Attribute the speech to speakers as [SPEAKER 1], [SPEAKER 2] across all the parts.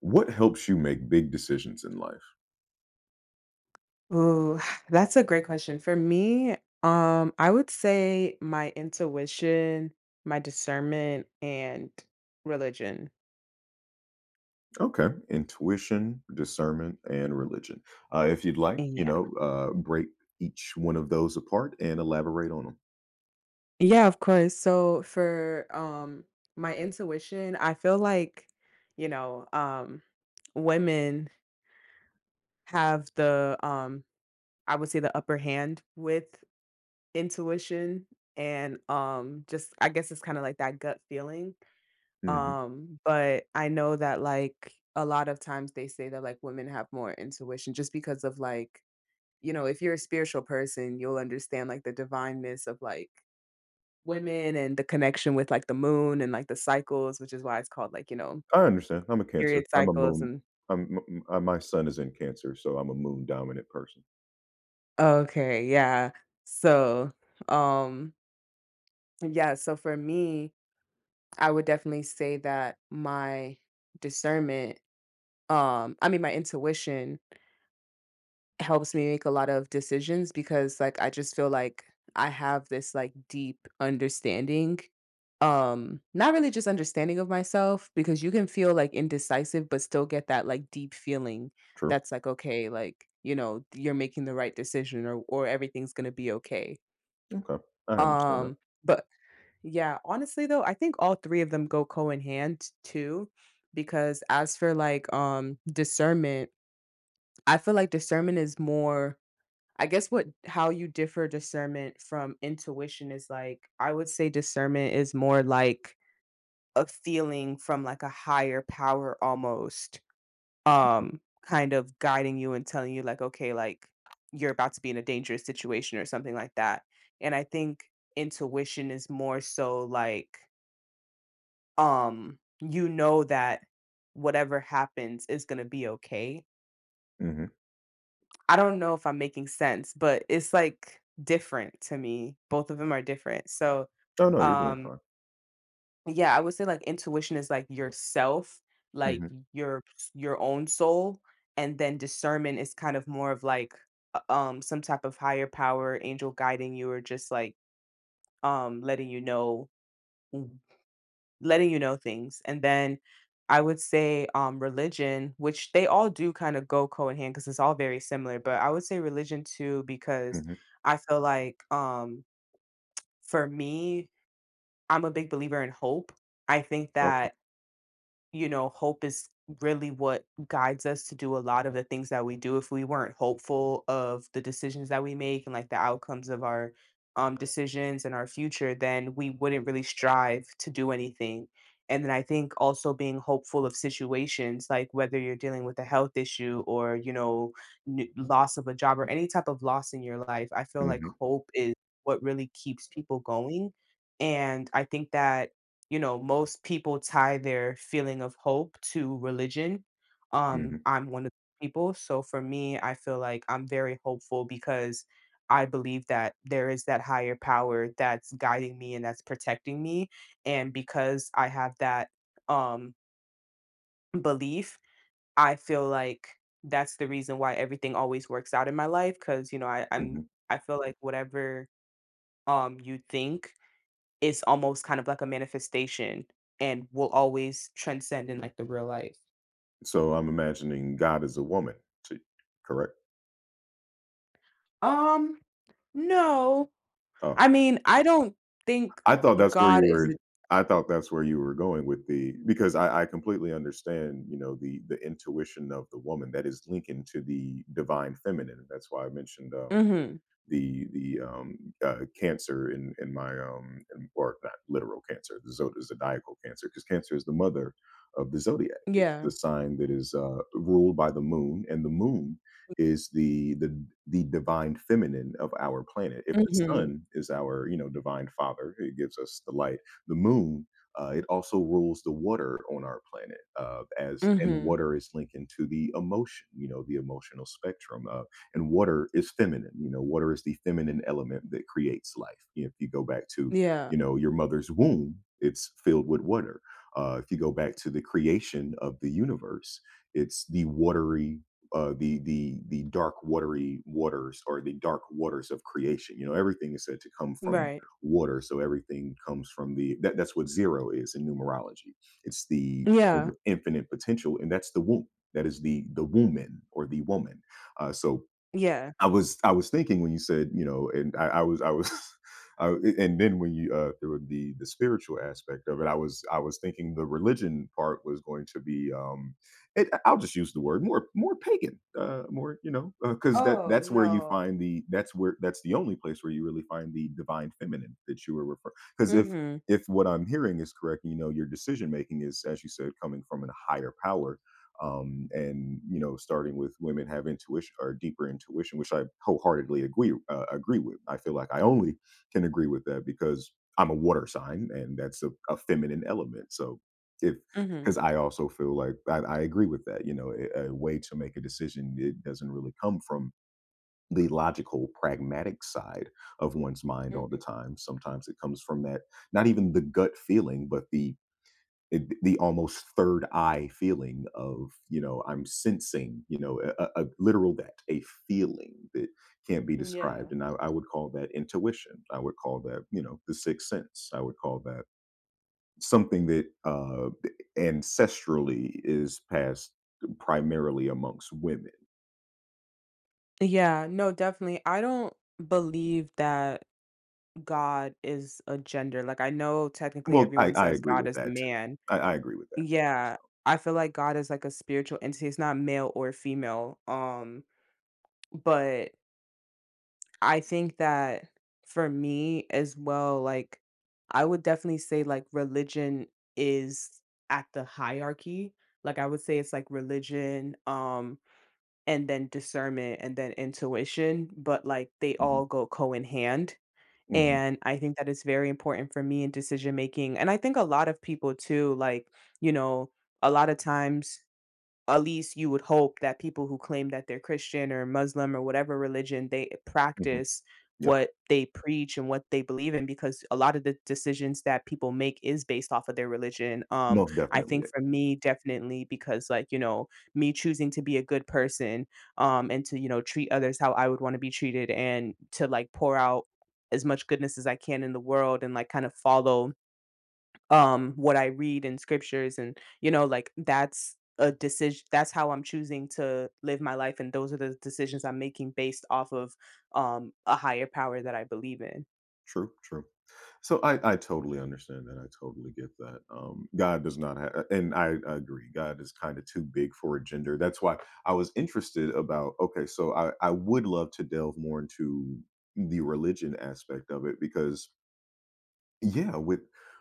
[SPEAKER 1] What helps you make big decisions in life?
[SPEAKER 2] Ooh, that's a great question. For me, I would say my intuition, my discernment, and religion.
[SPEAKER 1] Okay, intuition, discernment, and religion. If you'd like, you
[SPEAKER 2] Yeah.
[SPEAKER 1] know, uh, break each one of those apart and elaborate on them.
[SPEAKER 2] Yeah, of course. So for my intuition, I feel like, you know, um women have the I would say the upper hand with intuition and just I guess it's kind of like that gut feeling.
[SPEAKER 1] Hmm.
[SPEAKER 2] But I know that, like, a lot of times they say that, like, women have more intuition just because of, like, you know, if you're a spiritual person, you'll understand, like, the divineness of, like, women and the connection with, like, the moon and, like, the cycles, which is why it's called, like, you know,
[SPEAKER 1] I understand. I'm a Cancer.
[SPEAKER 2] period
[SPEAKER 1] I'm a
[SPEAKER 2] cycles
[SPEAKER 1] moon.
[SPEAKER 2] and
[SPEAKER 1] My son is in Cancer, so I'm a moon dominant person.
[SPEAKER 2] okay, yeah. So, um, yeah, so for me, I would definitely say that my discernment, I mean, my intuition helps me make a lot of decisions because, like, I just feel like I have this, like, deep understanding, not really just understanding of myself because you can feel, like, indecisive, but still get that, like, deep feeling
[SPEAKER 1] True.
[SPEAKER 2] that's like, "Okay, like, you know, you're making the right decision or everything's gonna be okay."
[SPEAKER 1] Okay, I understand that.
[SPEAKER 2] Um, but yeah, honestly, though, I think all 3 of them go co in hand too because as for, like, discernment, I feel like discernment is more I guess what how you differ discernment from intuition is, like, I would say discernment is more like a feeling from like a higher power almost, kind of guiding you and telling you, like, okay, like, you're about to be in a dangerous situation or something like that. And I think intuition is more so like you know that whatever happens is going to be okay.
[SPEAKER 1] Hmm.
[SPEAKER 2] I don't know if I'm making sense, but it's, like, different to me. Both of them are different. So,
[SPEAKER 1] Oh no, you're doing
[SPEAKER 2] um,
[SPEAKER 1] fine.
[SPEAKER 2] yeah, I would say, like, intuition is, like, yourself, like,
[SPEAKER 1] Hmm.
[SPEAKER 2] your your own soul, and then discernment is kind of more of, like, u some type of higher power, angel guiding you or just, like, um, letting you know letting you know things. And then I would say religion, which they all do kind of go co in hand because it's all very similar. But I would say religion too, because
[SPEAKER 1] Hmm.
[SPEAKER 2] I feel like for me, I'm a big believer in hope. I think
[SPEAKER 1] Okay.
[SPEAKER 2] that, you know, hope is really what guides us to do a lot of the things that we do. If we weren't hopeful of the decisions that we make and like the outcomes of our decisions and our future, then we wouldn't really strive to do anything. And then I think also being hopeful of situations, like whether you're dealing with a health issue or, you know, loss of a job or any type of loss in your life, I feel like
[SPEAKER 1] Hmm.
[SPEAKER 2] hope is what really keeps people going. And I think that, you know, most people tie their feeling of hope to religion.
[SPEAKER 1] Hmm.
[SPEAKER 2] I'm one of the people. So for me, I feel like I'm very hopeful because I believe that there is that higher power that's guiding me and that's protecting me. And because I have that, um, belief, I feel like that's the reason why everything always works out in my life. Cause, you know, I,
[SPEAKER 1] Hmm.
[SPEAKER 2] I feel like whatever you think it's almost kind of like a manifestation and will always transcend in, like, the real life.
[SPEAKER 1] So I'm imagining God is a woman too. Correct.
[SPEAKER 2] Um, no. I
[SPEAKER 1] Oh,
[SPEAKER 2] mean, I don't think
[SPEAKER 1] I thought that's where
[SPEAKER 2] God
[SPEAKER 1] you
[SPEAKER 2] is a
[SPEAKER 1] were I thought that's where you were going with the because I completely understand, the intuition of the woman that is linking to the divine feminine. That's why I mentioned,
[SPEAKER 2] Mhm.
[SPEAKER 1] the cancer in my or not literal cancer, the zodiacal cancer, because cancer is the mother of the zodiac. It's
[SPEAKER 2] Yeah.
[SPEAKER 1] the sign that is ruled by the moon, and the moon is the divine feminine of our planet. If the
[SPEAKER 2] Mhm.
[SPEAKER 1] sun is our divine father, it gives us the light. The moon. It also rules the water on our planet, as and
[SPEAKER 2] Mhm.
[SPEAKER 1] water is linked into the emotion, the emotional spectrum. And water is feminine. You know, water is the feminine element that creates life. You know, if you go back to
[SPEAKER 2] Yeah.
[SPEAKER 1] your mother's womb, it's filled with water. If you go back to the creation of the universe, it's the watery the dark watery waters or the dark waters of creation. You know, everything is said to come from
[SPEAKER 2] Right.
[SPEAKER 1] water. So everything comes from the that. That's what zero is in numerology. It's the point
[SPEAKER 2] Yeah.
[SPEAKER 1] of infinite potential, and that's the womb, that is the woman or the woman. So
[SPEAKER 2] Yeah.
[SPEAKER 1] I was thinking when you said, you know, and I, and then when you there would be the spiritual aspect of it. I was thinking the religion part was going to be, I'll just use the word more pagan, more, because that
[SPEAKER 2] Oh,
[SPEAKER 1] that's where you
[SPEAKER 2] no.
[SPEAKER 1] find the that's where that's the only place where you really find the divine feminine that you were referring. Because if
[SPEAKER 2] Mhm.
[SPEAKER 1] if what I'm hearing is correct, your decision making is, as you said, coming from a higher power. And starting with women have intuition or deeper intuition, which I wholeheartedly agree, agree with. I feel like I only can agree with that because I'm a water sign, and that's a feminine element. So if
[SPEAKER 2] Mhm.
[SPEAKER 1] because I also feel like I agree with that. You know, a way to make a decision, it doesn't really come from the logical, pragmatic side of one's mind all the
[SPEAKER 2] Mhm.
[SPEAKER 1] time. Sometimes it comes from that, not even the gut feeling, but the almost third eye feeling of, you know, I'm sensing, you know, a literal that a feeling that can't be described.
[SPEAKER 2] Yeah.
[SPEAKER 1] And I would call that intuition. I would call that, you know, the sixth sense. I would call that something that ancestrally is passed primarily amongst women.
[SPEAKER 2] Yeah, no, definitely. I don't believe that God is a gender. Like, I know technically
[SPEAKER 1] Well, i,
[SPEAKER 2] everyone
[SPEAKER 1] I
[SPEAKER 2] says
[SPEAKER 1] agree
[SPEAKER 2] God
[SPEAKER 1] with
[SPEAKER 2] is a
[SPEAKER 1] that too.
[SPEAKER 2] man.
[SPEAKER 1] I agree with that too, so.
[SPEAKER 2] Yeah, I feel like God is like a spiritual entity, it's not male or female, but I think that for me as well, like, I would definitely say, like, religion is at the hierarchy, like, I would say it's, like, religion, and then discernment, and then intuition, but, like, they
[SPEAKER 1] Hmm.
[SPEAKER 2] all go co in hand,
[SPEAKER 1] Hmm.
[SPEAKER 2] and I think that is very important for me in decision making, and I think a lot of people too, like, you know, a lot of times at least you would hope that people who claim that they're Christian or Muslim or whatever religion they
[SPEAKER 1] Hmm.
[SPEAKER 2] practice
[SPEAKER 1] Yep.
[SPEAKER 2] what they preach and what they believe in because a lot of the decisions that people make is based off of their religion.
[SPEAKER 1] Most
[SPEAKER 2] I
[SPEAKER 1] definitely.
[SPEAKER 2] think for me, definitely because, like, you know, me choosing to be a good person and to, you know, treat others how I would want to be treated and to, like, pour out as much goodness as I can in the world and, like, kind of follow what I read in scriptures and, you know, like that's a decision, that's how I'm choosing to live my life, and those are the decisions I'm making based off of a higher power that I believe in.
[SPEAKER 1] True, true. So I totally understand that. I totally get that. God does not have, and I agree. God is kind of too big for a gender. That's why I was interested about. Okay, so I would love to delve more into the religion aspect of it because yeah,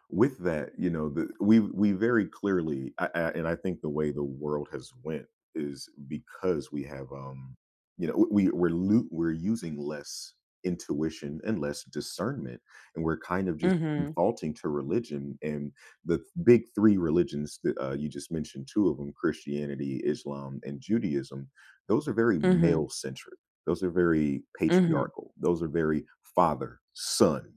[SPEAKER 1] with that you know the, we very clearly, and I think the way the world has went is because we have we're using less intuition and less discernment, and we're kind of just
[SPEAKER 2] Mhm.
[SPEAKER 1] defaulting to religion. And the big three religions that you just mentioned two of them, Christianity, Islam, and Judaism, those are very
[SPEAKER 2] Mhm.
[SPEAKER 1] male centric, those are very
[SPEAKER 2] Mhm.
[SPEAKER 1] patriarchal, those are very father son.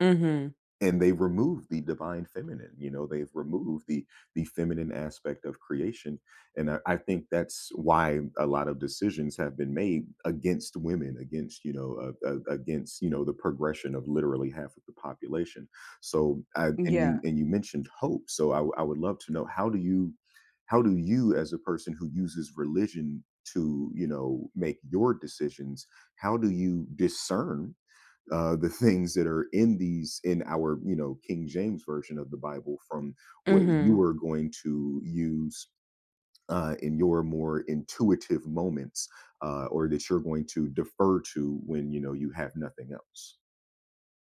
[SPEAKER 2] Mhm.
[SPEAKER 1] And they remove the divine feminine. You know, they've removed the feminine aspect of creation. And I think that's why a lot of decisions have been made against women, against, you know, against, you know, the progression of literally half of the population. So, and
[SPEAKER 2] Yeah.
[SPEAKER 1] you mentioned hope. So, I would love to know how do you, as a person who uses religion to, you know, make your decisions, how do you discern the things that are in these in our, you know, King James version of the Bible, from what
[SPEAKER 2] Mhm.
[SPEAKER 1] you are going to use in your more intuitive moments, or that you're going to defer to when you know you have nothing else.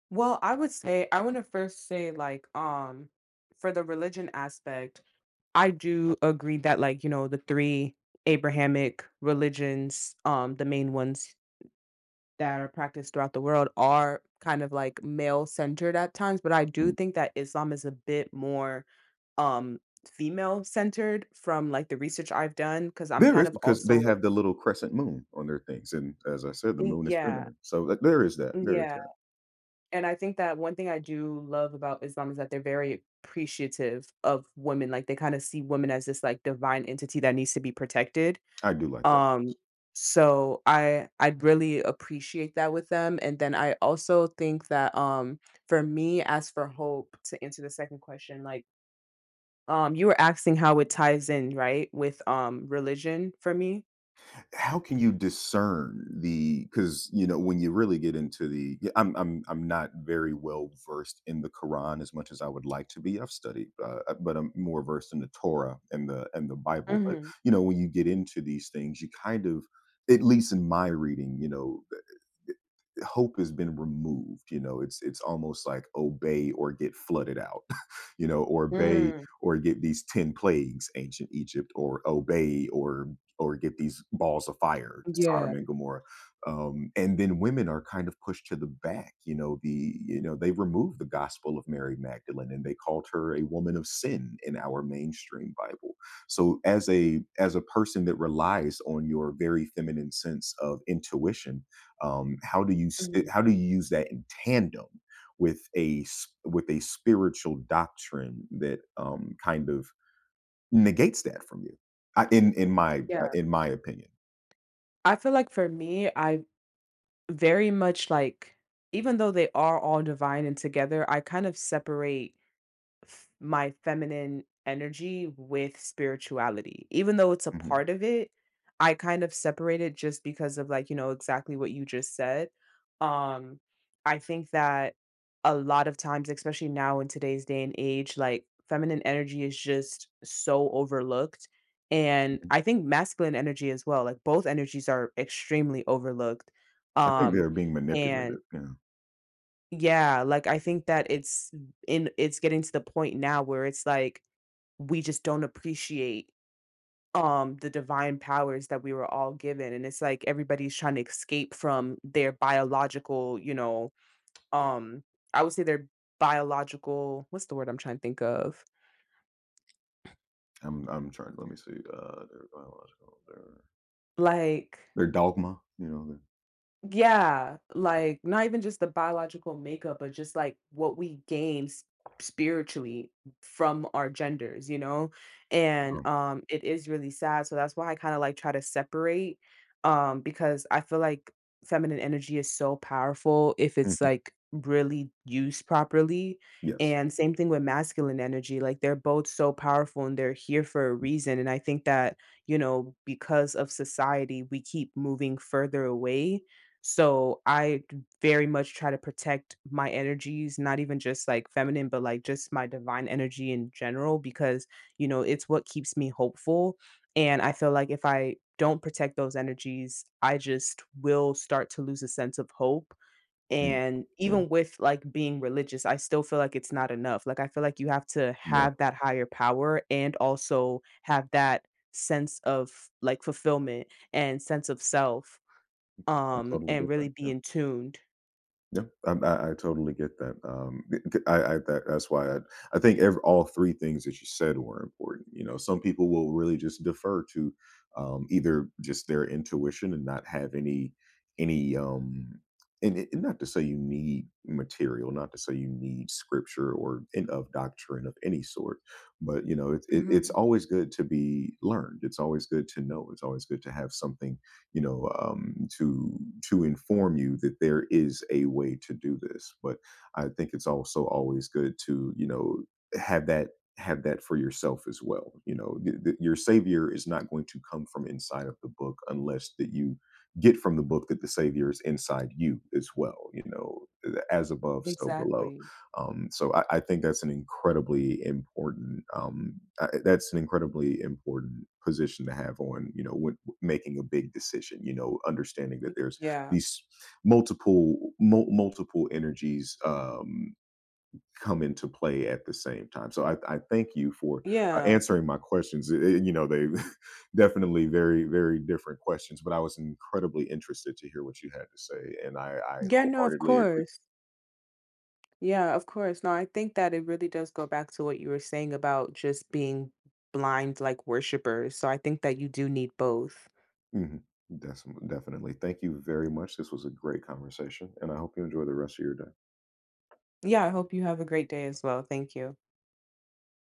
[SPEAKER 2] Well, I would say I want to first say, like, for the religion aspect, I do agree that, like, you know, the three Abrahamic religions, the main ones that are practiced throughout the world, are kind of like male centered at times, but I do
[SPEAKER 1] Mm.
[SPEAKER 2] think that Islam is a bit more um female centered from like the research I've done because I'm
[SPEAKER 1] There
[SPEAKER 2] kind
[SPEAKER 1] is
[SPEAKER 2] of
[SPEAKER 1] because
[SPEAKER 2] also
[SPEAKER 1] they
[SPEAKER 2] like
[SPEAKER 1] have the little crescent moon on their things, and as I said, the
[SPEAKER 2] mm,
[SPEAKER 1] moon is
[SPEAKER 2] yeah,
[SPEAKER 1] feminine. So like, there is that.
[SPEAKER 2] mm,
[SPEAKER 1] There is
[SPEAKER 2] yeah.
[SPEAKER 1] that.
[SPEAKER 2] And I think that one thing I do love about Islam is that they're very appreciative of women. Like they kind of see women as this like divine entity that needs to be protected.
[SPEAKER 1] I do like that.
[SPEAKER 2] Um, so I I'd really appreciate that with them, and then I also think that, for me, as for hope, to answer the second question, like, you were asking how it ties in, right, with, religion for me?
[SPEAKER 1] How can you discern the because you know when you really get into the, yeah, I'm not very well versed in the Quran as much as I would like to be. I've studied, but I'm more versed in the Torah and the Bible. But
[SPEAKER 2] Mhm.
[SPEAKER 1] you know when you get into these things, you kind of, at least in my reading, you know hope has been removed. You know, it's almost like obey or get flooded out, you know, or obey
[SPEAKER 2] Mm.
[SPEAKER 1] or get these 10 plagues, ancient Egypt, or obey or get these balls of fire,
[SPEAKER 2] Yeah.
[SPEAKER 1] Sodom and Gomorrah. And then women are kind of pushed to the back. You know, they removed the gospel of Mary Magdalene, and they called her a woman of sin in our mainstream Bible. So as a person that relies on your very feminine sense of intuition, how do
[SPEAKER 2] Mhm.
[SPEAKER 1] you use that in tandem with with a spiritual doctrine that, kind of negates that from you? I,
[SPEAKER 2] Yeah.
[SPEAKER 1] in my opinion.
[SPEAKER 2] I feel like for me, I very much, like, even though they are all divine and together, I kind of separate my feminine energy with spirituality. Even though it's a
[SPEAKER 1] Hmm.
[SPEAKER 2] part of it, I kind of separate it just because of, like, you know, exactly what you just said. Um I think that a lot of times, especially now in today's day and age, like, feminine energy is just so overlooked. And I
[SPEAKER 1] Hmm.
[SPEAKER 2] think masculine energy as well, like both energies are extremely overlooked.
[SPEAKER 1] I think
[SPEAKER 2] Um,
[SPEAKER 1] they're being
[SPEAKER 2] and.
[SPEAKER 1] manipulated. Yeah,
[SPEAKER 2] Yeah, like, I think that it's in it's getting to the point now where it's like, we just don't appreciate, the divine powers that we were all given, and it's like everybody's trying to escape from their biological, you know, um, I would say their biological, what's the word I'm trying to think of?
[SPEAKER 1] I'm trying. Let me see. Their biological, their
[SPEAKER 2] Like,
[SPEAKER 1] dogma. You know. Their.
[SPEAKER 2] yeah, like not even just the biological makeup, but just like what we gain spiritually from our genders, you know? And
[SPEAKER 1] Oh.
[SPEAKER 2] it is really sad. So that's why I kind of like try to separate because I feel like feminine energy is so powerful if it's
[SPEAKER 1] Mhm.
[SPEAKER 2] like really used properly.
[SPEAKER 1] Yes.
[SPEAKER 2] And same thing with masculine energy. Like they're both so powerful and they're here for a reason. And I think that, you know, because of society, we keep moving further away, so I very much try to protect my energies, not even just like feminine, but like just my divine energy in general, because, you know, it's what keeps me hopeful. And I feel like if I don't protect those energies, I just will start to lose a sense of hope.
[SPEAKER 1] Mm,
[SPEAKER 2] And
[SPEAKER 1] mm,
[SPEAKER 2] even with like being religious, I still feel like it's not enough. Like, I feel like you have to
[SPEAKER 1] yeah.
[SPEAKER 2] have that higher power and also have that sense of like fulfillment and sense of self,
[SPEAKER 1] I totally
[SPEAKER 2] and
[SPEAKER 1] get that.
[SPEAKER 2] really
[SPEAKER 1] Yeah.
[SPEAKER 2] being tuned.
[SPEAKER 1] Yeah, I totally get that. That's why, I think, all three things that you said were important. You know, some people will really just defer to, either just their intuition, and not have any, and not to say you need material, not to say you need scripture of doctrine of any sort. But you know, it's
[SPEAKER 2] Mhm.
[SPEAKER 1] always good to be learned. It's always good to know. It's always good to have something, you know, to inform you that there is a way to do this. But I think it's also always good to have that have that for yourself as well. You know, your savior is not going to come from inside of the book, unless that you get from the book that the savior is inside you as well. You know, as above, so below.
[SPEAKER 2] Exactly.
[SPEAKER 1] So I think that's an incredibly important position to have on, you know, when making a big decision, you know, understanding that there's
[SPEAKER 2] Yeah.
[SPEAKER 1] these multiple energies come into play at the same time. So, I thank you for
[SPEAKER 2] Yeah.
[SPEAKER 1] answering my questions. You know, they definitely very very different questions, but I was incredibly interested to hear what you had to say, and I
[SPEAKER 2] Yeah, no, of
[SPEAKER 1] wholeheartedly agree.
[SPEAKER 2] course. Yeah, of course. No, I think that it really does go back to what you were saying about just being blind like worshipers. So I think that you do need both.
[SPEAKER 1] Hmm. Definitely. Thank you very much. This was a great conversation, and I hope you enjoy the rest of your day.
[SPEAKER 2] Yeah, I hope you have a great day as well. Thank you.